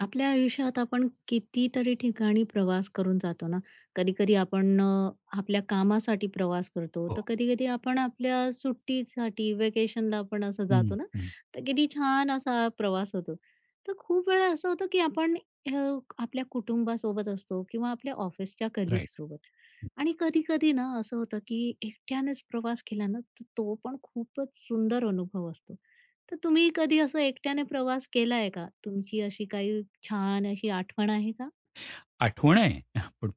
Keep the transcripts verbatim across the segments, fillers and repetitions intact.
आपल्या आयुष्यात आपण कितीतरी ठिकाणी प्रवास करून जातो ना. कधी-कधी आपण अ, आपल्या कामासाठी प्रवास करतो, हो. तर कधी-कधी आपण आपल्या सुट्टीसाठी, व्हेकेशनला आपण असं हं, जातो ना, हं. तर किती छान असा प्रवास होतो. तर खूप वेळा असं होतं, की आपण अ, आपल्या कुटुंबासोबत असतो किंवा आपल्या ऑफिसच्या राइट. कलीगसोबत आणि कधी-कधी ना असं होतं, की एकट्यानेच प्रवास केला ना, तर तो पण खूपच सुंदर अनुभव असतो. तर तुम्ही कधी असं एकट्याने प्रवास केलाय का? तुमची अशी काही छान अशी आठवण आहे का? आठवण आहे, पण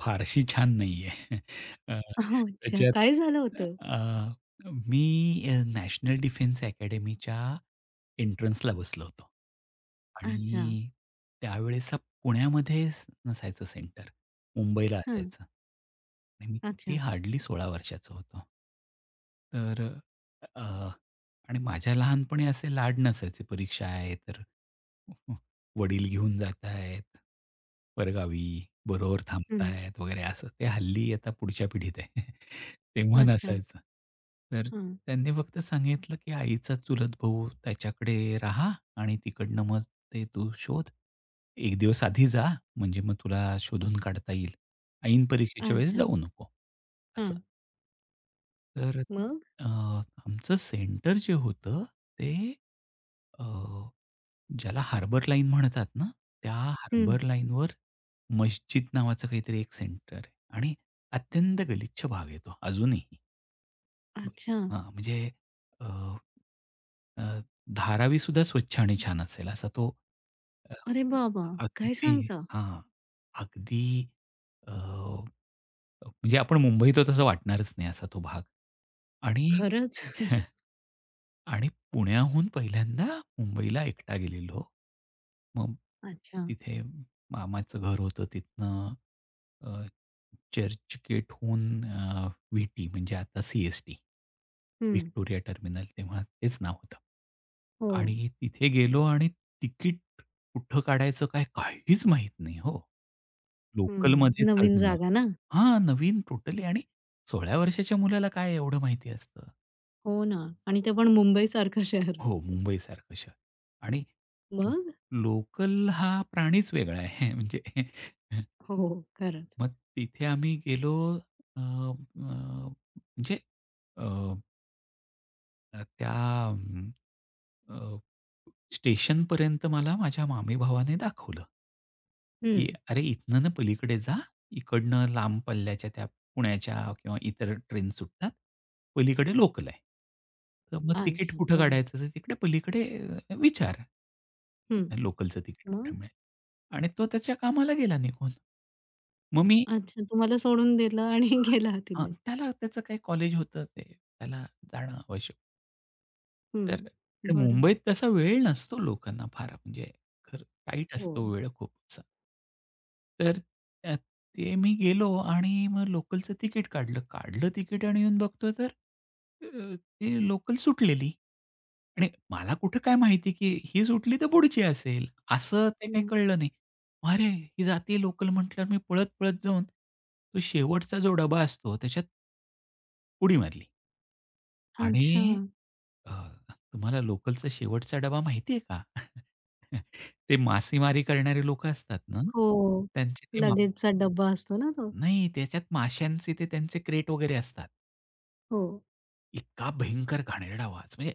फारशी छान नाहीये. अ, अच्छा. त्याच्यात काय झालं होतं? अ, मी अ, नॅशनल डिफेन्स अकॅडमीच्या एंट्रन्सला बसलो होतो. अच्छा. आणि त्यावेळेस पुण्यामध्ये नसायचं सेंटर. मुंबईला हां. असायचं. आणि मी किती अच्छा. हार्डली सोळा वर्षाचा होतो. तर अ आणि माझ्या लहानपणी असे लाड नसायचे. परीक्षा आहे तर वडील घेऊन जात आहेत परगावी, बरोबर हं. थांबतायत वगैरे असं. ते हल्ली आता पुढच्या पिढीत आहे. तेव्हा अच्छा. नसायचं. तर हां. त्यांनी फक्त सांगितलं, की "आईचा चुलत भाऊ त्याच्याकडे राहा आणि तिकडनं मग ते तू शोध. एक दिवस आधी जा म्हणजे मग तुला शोधून काढता येईल. ऐन परीक्षेच्या वेळेस अच्छा. जाऊ नको." असं. हां. तर मग? अ, आमचं सेंटर जे होतं ते अ, ज्याला हार्बर लाईन म्हणतात ना, त्या हं. हार्बर लाईनवर मस्जिद नावाचं काहीतरी एक सेंटर आहे आणि अत्यंत गलिच्छ भाग आहे तो अजूनही. अच्छा. हां, म्हणजे अ, अ, धारावीसुद्धा स्वच्छ आणि छान असेल असा तो अ, अरे बाबा! काय अगदी. सांगता? हां, अगदी अ, म्हणजे आपण मुंबईत आहोत तसं वाटणारच नाही असा तो भाग आणि खरंच. आणि पुण्याहून पहिल्यांदा मुंबईला एकटा गेलेलो. मग अच्छा. तिथे मामाचं घर होतं तिथनं अ, चर्चगेटहून अ, व्ही-टी म्हणजे आता सी-एस-टी. हं. व्हिक्टोरिया टर्मिनल तेव्हा तेच नाव होतं. हो. आणि तिथे गेलो आणि तिकीट कुठं काढायचं काय काहीच माहीत नाही हो. हं. लोकलमध्ये नवीन चढणं. जागा ना. हां, नवीन टोटली आणि सोळा वर्षाच्या मुलाला काय एवढं माहिती असतं. हो ना. आणि ते पण मुंबईसारखं शहर. हो, मुंबईसारखं शहर आणि मग? लोकल हा प्राणीच वेगळा आहे. म्हणजे हो, खरंच. मग तिथे आम्ही गेलो अ, अ, म्हणजे अ, त्या अं, अ, स्टेशनपर्यंत मला माझ्या मामी भावाने दाखवलं, की हं. "अरे, इथनं ना पलीकडे जा, इकडनं लांब पल्ल्याच्या त्या पुण्याच्या किंवा इतर ट्रेन सुटतात, पलीकडे लोकल आहे. तर मग तिकीट अच्छा. कुठं बरं. काढायचं?" तर तिकडे पलीकडे अ, विचार. हं. लोकलचं तिकीट मग? कुठे मिळेल? आणि तो त्याच्या कामाला गेला निघून. मग मी. अच्छा, तुम्हाला सोडून दिलं आणि गेला हां, तिथे. त्याला त्याचं काही कॉलेज होतं ते, त्याला जाणं आवश्यक. हं, तर आणि बरं. मुंबईत तसा वेळ नसतो लोकांना फार म्हणजे खरं टाईट हो. असतो वेळ खूपच. तर त्यात ते मी गेलो आणि मग लोकलचं तिकीट काढलं. काढलं तिकीट आणि येऊन बघतो तर अ, ती लोकल सुटलेली. आणि मला कुठं काय माहिती, की ही सुटली तर पुढची असेल, असं ते काही हं, कळलं नाही. अरे, ही जातीय लोकल म्हटल्यावर मी पळत-पळत जाऊन तो शेवटचा जो डबा असतो त्याच्यात उडी मारली अच्छा. आणि अ, तुम्हाला लोकलचा शेवटचा डबा माहिती आहे का? ते मासेमारी करणारे लोकं असतात ना, हो, त्यांचे ते मा लगेजचा डब्बा असतो ना तो. नाही, त्याच्यात माशांचे ते त्यांचे क्रेट वगैरे असतात. हो, इतका भयंकर घाणेरडा वास म्हणजे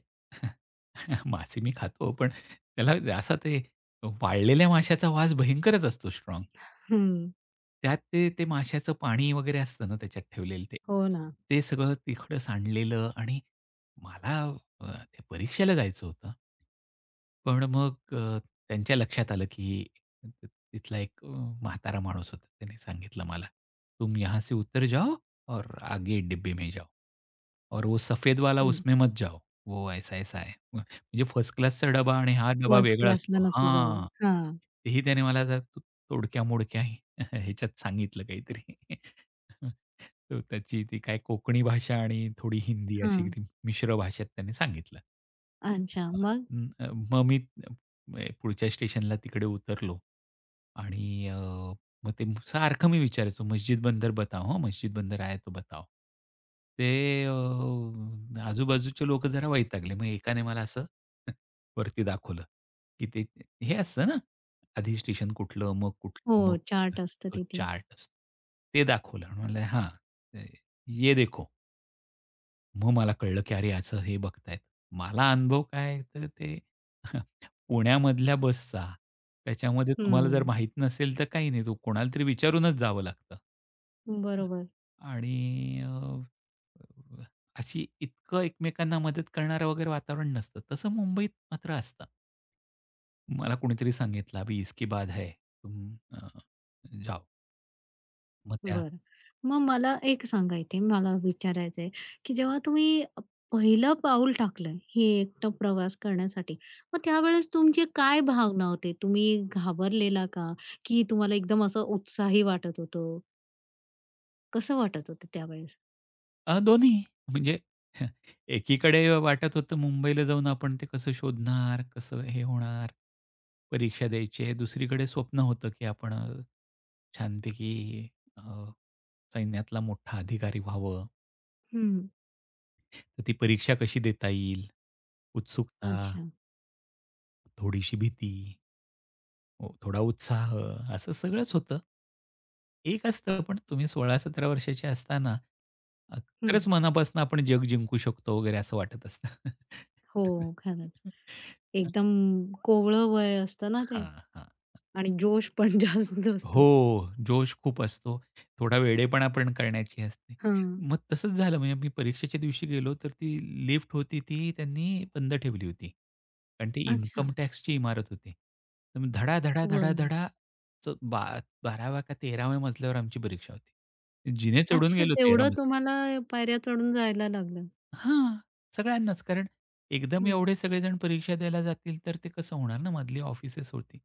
मासे मी खातो, पण त्याला असा ते वाळलेल्या माशाचा वास भयंकरच असतो स्ट्राँग. हं, त्यात ते, ते माशाचं पाणी वगैरे असतं ना त्याच्यात ठेवलेलं ते. हो ना. ते सगळं तिखटं सांडलेलं आणि मला अ, ते परीक्षेला जायचं होतं. पण मग अ, त्यांच्या लक्षात आलं, की त- तिथला एक अ, म्हातारा माणूस होता. त्याने सांगितलं मला, "तुम यहाँ से उतर जाओ और आगे डिब्बे में जाओ और वो सफेद वाला हं, उसमें मत जाओ. वो ऐसा-ऐसा है." म्हणजे फर्स्ट क्लासचा डबा आणि हा डबा फर्स्ट वेगळा असतो. क्लासला नको जाऊ. हां. हां, तेही त्याने मला जरा तोडक्या-मोडक्या ह्याच्यात सांगितलं काहीतरी. तो त्याची ती काय कोकणी भाषा आणि थोडी हिंदी अशी हां. ती मिश्र भाषेत त्यांनी सांगितलं. अच्छा, मग? हां. अं, मग मी अ, पुढच्या स्टेशनला तिकडे उतरलो आणि अ, मग ते सारखं मी विचारायचो, "मस्जिद बंदर बताओ हां, मस्जिद बंदर आहे तो बताओ." ते अ, आजूबाजूचे लोकं जरा वैतागले. मग एकाने मला असं वरती दाखवलं, की ते हे असतं ना आधी स्टेशन कुठलं, मग हो, कुठलं, मग कुठलं. चार्ट असतं तो तिथे. चार्ट असतो. ते दाखवलं. म्हणलं, "हां, ते ये देखो." मग मला कळलं, की अरे असं हे बघतायत. मला अनुभव काय तर ते पुण्यामधल्या बसचा. त्याच्यामध्ये तुम्हाला जर हं, माहीत नसेल तर काही नाही. तो कोणाला तरी विचारूनच जावं लागतं. बरोबर. आणि अ, अशी इतकं एकमेकांना मदत करणारं वगैरे वातावरण नसतं. तसं मुंबईत मात्र असतं. मला कोणीतरी सांगितलं, "अभी इसके बाद है, तुम अ, जाओ." मग त्या बरं. मग मला एक सांगायचंय, मला विचारायचंय, की जेव्हा तुम्ही अ, पहिलं पाऊल टाकलं, हे एकटं प्रवास करण्यासाठी, मग त्यावेळेस तुमची काय भावना होते? तुम्ही घाबरलेला का? की तुम्हाला एकदम असं उत्साही वाटत होतं? कसं वाटत होतं त्यावेळेस? अ, दोन्ही म्हणजे एकीकडे वाटत होतं मुंबईला जाऊन आपण ते कसं शोधणार, कसं हे होणार, परीक्षा द्यायची. दुसरीकडे स्वप्न होतं, की आपण अ, छानपैकी अ, सैन्यातला मोठा अधिकारी व्हावं. हं. तर ती परीक्षा कशी देता येईल, उत्सुकता. अच्छा. थोडीशी भीती, ओ थोडा उत्साह असं सगळंच होतं. एक असतं पण तुम्ही सोळा-सतरा वर्षाचे असताना अ, हं. खरंच मनापासून आपण जग जिंकू शकतो वगैरे असं वाटत असतं. हो, खरंच. एकदम कोवळं वय असतं ना ते हां, हां. आणि जोश पण जास्त असतो. हो, जोश खूप असतो. थोडा वेडेपणा पण करण्याची असते. हां. मग तसंच झालं म्हणजे मी परीक्षेच्या दिवशी गेलो तर ती लिफ्ट होती ती त्यांनी बंद ठेवली होती. कारण ती अच्छा. इन्कम टॅक्सची इमारत होती. तर मग धडा, धडा, धडा, बरं. धडा च बा बाराव्या का तेराव्या मजल्यावर आमची परीक्षा होती. जिने चढून अच्छा, गेलो तेरा तेवढं मजल्यावर. तुम्हाला पायऱ्या चढून जायला लागलं. हां, सगळ्यांनाच. कारण एकदम हं. एवढे सगळेजण परीक्षा द्यायला जातील, तर ते कसं होणार ना, मधली ऑफिसेस होती.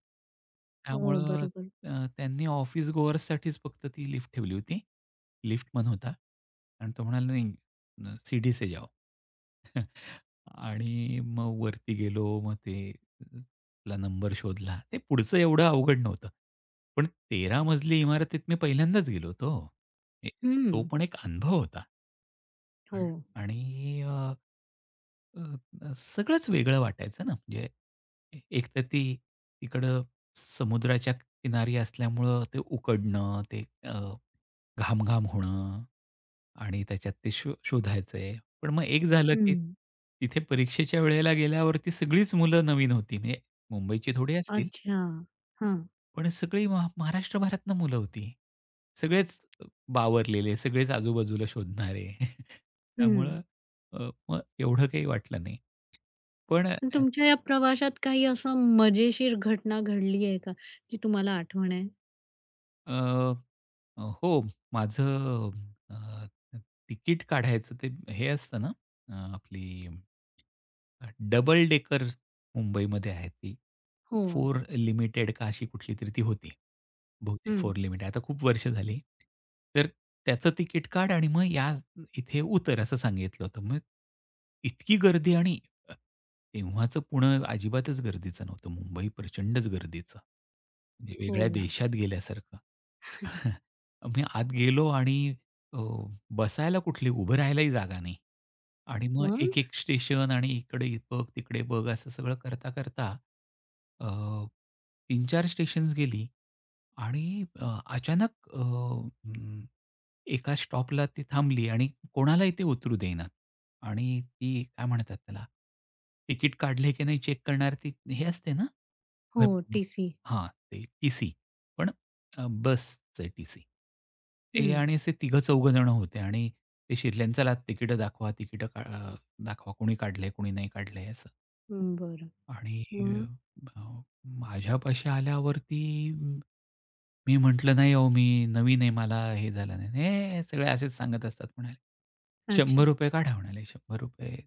हो, त्यामुळं बरोबर. अ, त्यांनी ऑफिस गोअर्ससाठीच फक्त ती लिफ्ट ठेवली होती. लिफ्टमन होता आणि तो म्हणाला, "नहीं, अ, सीढ़ी से जाओ." आणि मग वरती गेलो. मग ते आपला नंबर शोधला. ते पुढचं एवढं अवघड नव्हतं. पण तेरा मजली इमारतीत मी पहिल्यांदाच गेलो होतो. ए हं. तो पण एक अनुभव होता. आ हो. आणि अ, अ, अ, सगळंच वेगळं वाटायचं ना, म्हणजे ए एकतर ती तिकडं समुद्राच्या किनारी असल्यामुळं ते उकडणं, ते अ, घाम-घाम होणं आणि त्याच्यात ते शो शोधायचंय. पण मग एक झालं की हं. तिथे परीक्षेच्या वेळेला गेल्यावरती सगळीच मुलं नवीन होती. म्हणजे मुंबईची थोडी असतील. अच्छा. हां. पण सगळी महा महाराष्ट्रभरातनं मुलं होती. सगळेच अ, बावरलेले, सगळेच आजूबाजूला शोधणारे. हं. त्यामुळं अ, मग एवढं काही वाटलं नाही. पण पण तुमच्या या प्रवासात काही असं मजेशीर घटना घडली आहे का, जी तुम्हाला आठवण आहे? अ, अ, हो, माझं अ, तिकीट काढायचं ते हे असतं ना, अ, आपली डबल डेकर मुंबईमध्ये आहे ती. हो. फोर लिमिटेड का अशी कुठलीतरी ती होती. बहुतेक हं. चार लिमिटेड आता खूप वर्ष झाली. तर त्याचं तिकीट काढ आणि मग या इथे उतर असं सांगितलं होतं. मग इतकी गर्दी आणि तेव्हाचं पुणं अजिबातच गर्दीचं नव्हतं. मुंबई प्रचंडच गर्दीचं. म्हणजे वेगळ्या हो ना. देशात गेल्यासारखं. मी आत गेलो आणि अ, बसायला कुठली, उभं राहायलाही जागा नाही. आणि मग एक, मग? एक स्टेशन आणि इकडे बघ, तिकडे बघ असं सगळं करता, करता अ, तीन-चार स्टेशन्स गेली. आणि अ, अचानक अ, अं, एका स्टॉपला ती थांबली आणि कोणालाही ते उतरू देईनात. आणि ती काय म्हणतात त्याला, तिकीट काढले की नाही चेक करणार ती हे असते ना? हो, भर ब टीसी. हां, ते टी-सी. पण अ, बसचे टी-सी. ते हं. आणि असे तिघं-चौघं जण होते आणि ते शिरल्यानं "चला तिकीटं दाखवा, तिकीटं का अ, दाखवा. कोणी काढलंय, कोणी नाही काढलंय." हं, बरं. आणि मग? अ, माझ्यापाशी आल्यावरती म, मी म्हटलं, "नाही अहो, मी नवीन आहे, मला हे झालं नाही." "हे सगळे असेच सांगत असतात," म्हणाले. अच्छा. "₹शंभर काढा," म्हणाले. ₹शंभर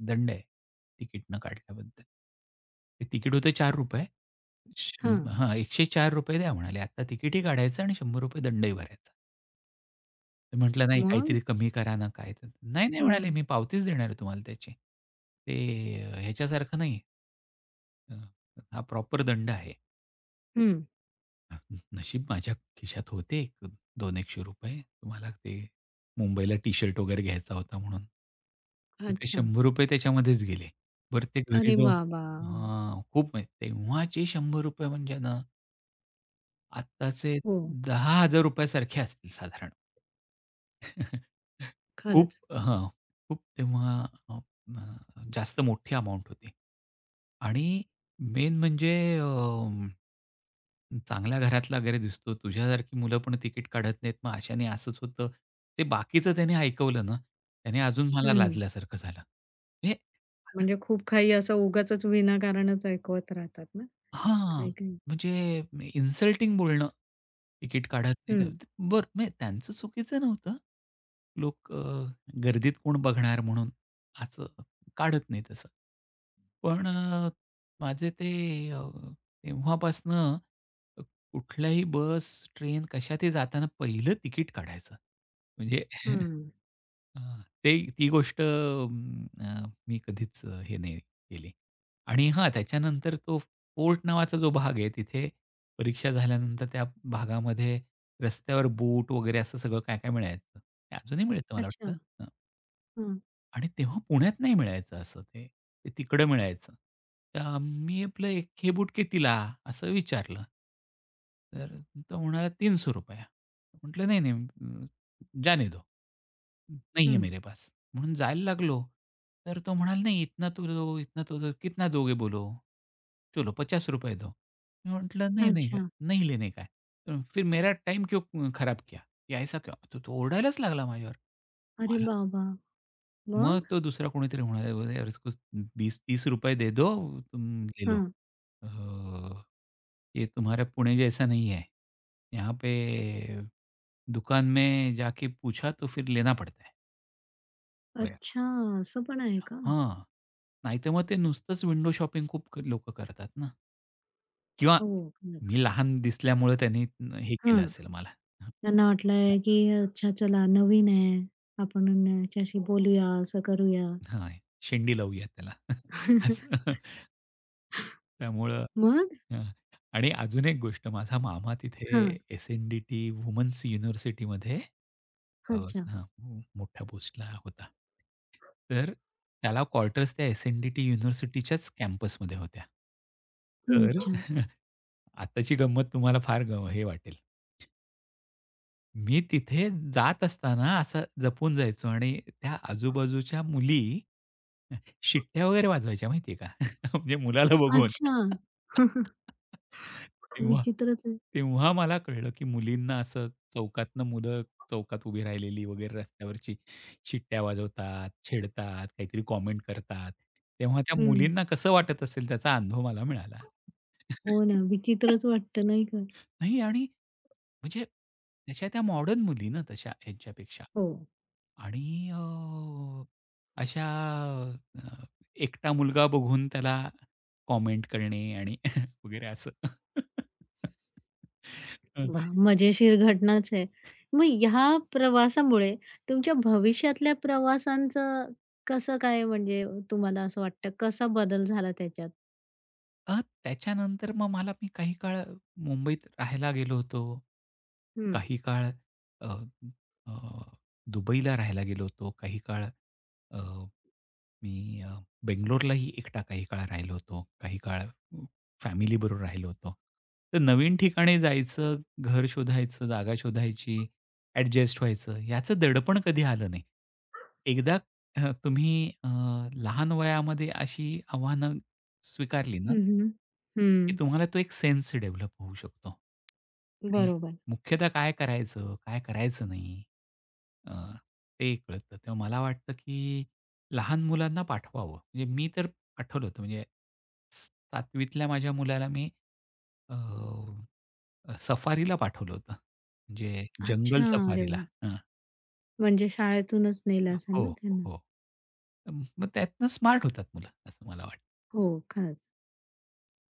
दंड आहे तिकीट न काढल्याबद्दल. ते तिकीट होतं ₹चार शं हां. हां, ₹एकशे चार द्या म्हणाले. "आत्ता तिकीटही काढायचं आणि ₹शंभर दंडही भरायचा." मी म्हटलं, "नाही, मग? काहीतरी कमी करा ना काय तर." "नाही, नाही," म्हणाले, हं. "मी पावतीच देणार आहे तुम्हाला त्याची. ते अ, ह्याच्यासारखं नाही. अ, हा प्रॉपर दंड आहे." हं. नशीब माझ्या खिशात होते एक दोनशे-शंभर रुपये. मला ते मुंबईला टी-शर्ट वगैरे घ्यायचा होता म्हणून. तर ते अच्छा. ₹शंभर त्याच्यामध्येच गेले. बरं ते घरी अरे जाऊन. बाबा! हां, खूप म्हणजे तेव्हाचे ₹शंभर म्हणजे ना आत्ताचे हो, ₹दहा हजार सारखे असतील साधारण. खूप. खरंच. हां, खूप तेव्हा अ, अ, जास्त मोठी अमाउंट होती. आणि मेन म्हणजे अं, चांगल्या घरातला वगैरे दिसतो. तुझ्यासारखी मुलं पण तिकीट काढत नाहीत. मग अशाने असंच होतं. ते बाकीचं त्याने ऐकवलं ना, त्याने अजून मला हं. लाजल्यासारखं झालं. म्हणजे. म्हणजे खूप काही असं उगाचच विनाकारणच ऐकवत राहतात ना, हां, काही-काही. म्हणजे इन्सल्टिंग बोलणं, तिकीट काढत नाही तर. हं. बरं, म्हणजे त्यांचं चुकीचं नव्हतं. लोक अ, गर्दीत कोण बघणार म्हणून असं काढत नाही तसं. पण अ, माझे ते अ, तेव्हापासनं अ, कुठल्याही बस, ट्रेन कशातही जाताना पहिलं तिकीट काढायचं. म्हणजे हं. हां, ते ती गोष्ट अं, अ, मी कधीच अं, हे नाही केली. आणि हां, त्याच्यानंतर तो फोर्ट नावाचा जो भाग आहे तिथे परीक्षा झाल्यानंतर त्या भागामध्ये रस्त्यावर बूट वगैरे असं सगळं काय-काय मिळायचं. ते अजूनही मिळतं मला वाटतं. अच्छा. हं. आणि तेव्हा पुण्यात नाही मिळायचं असं ते. ते तिकडं मिळायचं. तर मी आपलं "एक हे बूट कितीला?" असं विचारलं. तर तो म्हणाला ₹तीनशे. म्हटलं "नहीं, नहीं अ, जाने दो. नहीं है हं. मेरे पास." म्हणून जायला लागलो. तर तो म्हणाला "नहीं इतना तो दो, इतना तो दो, कितना दोगे बोलो? चलो ₹पन्नास दो." मैं म्हटलं "नहीं, नहीं, भैया, अच्छा. नहीं लेने का है. तो फिर मेरा टाइम क्यों खराब किया? ये ऐसा क्यों?" तो तो ओरडायलाच लागला माझ्यावर. अरे बाबा, वाह! मग मग? तो दुसरा कोणीतरी म्हणाला, "अरे यार इसको वीस-तीस दे दो, तुम ले लो। हां. अ, ये तुम्हारा पुणे जैसा नहीं है। यहाँ पे दुकान में जाके पूछा तो फिर लेना पड़ता है वगैरे." अच्छा, असं पण आहे का? हां. नाहीतर मग ते नुसतंच विंडो शॉपिंग खूप क लोकं करतात ना किंवा हो. मी लहान दिसल्यामुळे त्यांनी हे केलं हां. असेल मला. त्यांना वाटलंय, की अच्छा चला नवीन आहे. आपण याच्याशी बोलूया, असं करूया. हां, शेंडी लावूया त्याला. असं. त्यामुळं. मग? हां. आणि अजून एक गोष्ट माझा मामा तिथे हां. एस-एन-डी-टी वुमन्स युनिव्हर्सिटीमध्ये अ, अच्छा. हां, मोठ्या पोस्टला होता. तर त्याला क्वार्टर्स त्या एस-एन-डी-टी युनिव्हर्सिटीच्याच कॅम्पसमध्ये होत्या. हं. तर अच्छा. आत्ताची गंमत तुम्हाला फार ग हे वाटेल. मी तिथे जात असताना असं जपून जायचो आणि त्या आजूबाजूच्या मुली शिट्ट्या वगैरे वाजवायच्या माहिती आहे का? म्हणजे मुलाला बघून. अच्छा. तेव्हा विचित्रच आहे. तेव्हा मला कळलं, की मुलींना असं चौकातनं मुलं चौकात उभी राहिलेली वगैरे रस्त्यावरची शिट्ट्या वाजवतात, छेडतात, काहीतरी कॉमेंट करतात. तेव्हा त्या हं. मुलींना कसं वाटत असेल त्याचा अनुभव मला मिळाला. हो ना, विचित्रच वाटतं नाही का? नाही आणि म्हणजे त्याच्या त्या मॉडर्न मुली ना तशा ह्यांच्यापेक्षा. हो. आणि अ, अशा अ, एकटा मुलगा बघून त्याला कॉमेंट करणे आणि वगैरे असं. वाह! मजेशीर घटनाच आहे. मग ह्या प्रवासामुळे तुमच्या भविष्यातल्या प्रवासांचं कसं काय म्हणजे तुम्हाला असं वाटतं कसा बदल झाला त्याच्यात? अ, त्याच्यानंतर मग मला मी काही काळ मुंबईत राहायला गेलो होतो. हं. काही काळ अ, अ, दुबईला राहायला गेलो होतो. काही काळ अ, मी अ, बेंगलोरलाही एकटा काही काळ राहिलो होतो. काही काळ फॅमिलीबरोबर राहिलो होतो. तर नवीन ठिकाणी जायचं, घर शोधायचं, जागा शोधायची, ॲडजस्ट व्हायचं, याचं दडपण कधी आलं नाही. एकदा अ, तुम्ही अ, लहान वयामध्ये अशी आव्हानं स्वीकारली ना हं, हं. की तुम्हाला तो एक सेन्स डेव्हलप होऊ शकतो. आणि बरोबर. मुख्यतः काय करायचं, काय करायचं नाही अ, ते कळतं. तेव्हा मला वाटतं की लहान मुलांना पाठवावं. म्हणजे मी तर पाठवलं होतं म्हणजे सातवीतल्या माझ्या मुलाला मी अ, सफारीला पाठवलं होतं. म्हणजे जंगल अच्छा. अरे सफारीला. वाह! हां. म्हणजे शाळेतूनच नेलं असेल हो, ना त्यांना? हो. अं, मग त्यातनं स्मार्ट होतात मुलं असं मला वाटतं. हो, खरंच.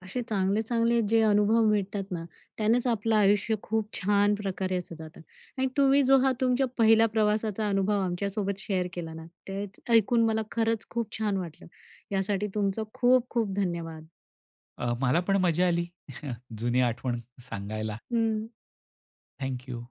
असे चांगले-चांगले जे अनुभव भेटतात ना, त्यानेच आपलं आयुष्य खूप छान प्रकारे असं जातं आणि तुम्ही जो हा तुमच्या पहिला प्रवासाचा अनुभव आमच्यासोबत शेअर केला ना, ते ऐकून मला खरंच खूप छान वाटलं. यासाठी तुमचं खूप खूप धन्यवाद. अ, मला पण मजा आली जुनी आठवण सांगायला. हं. Thank you.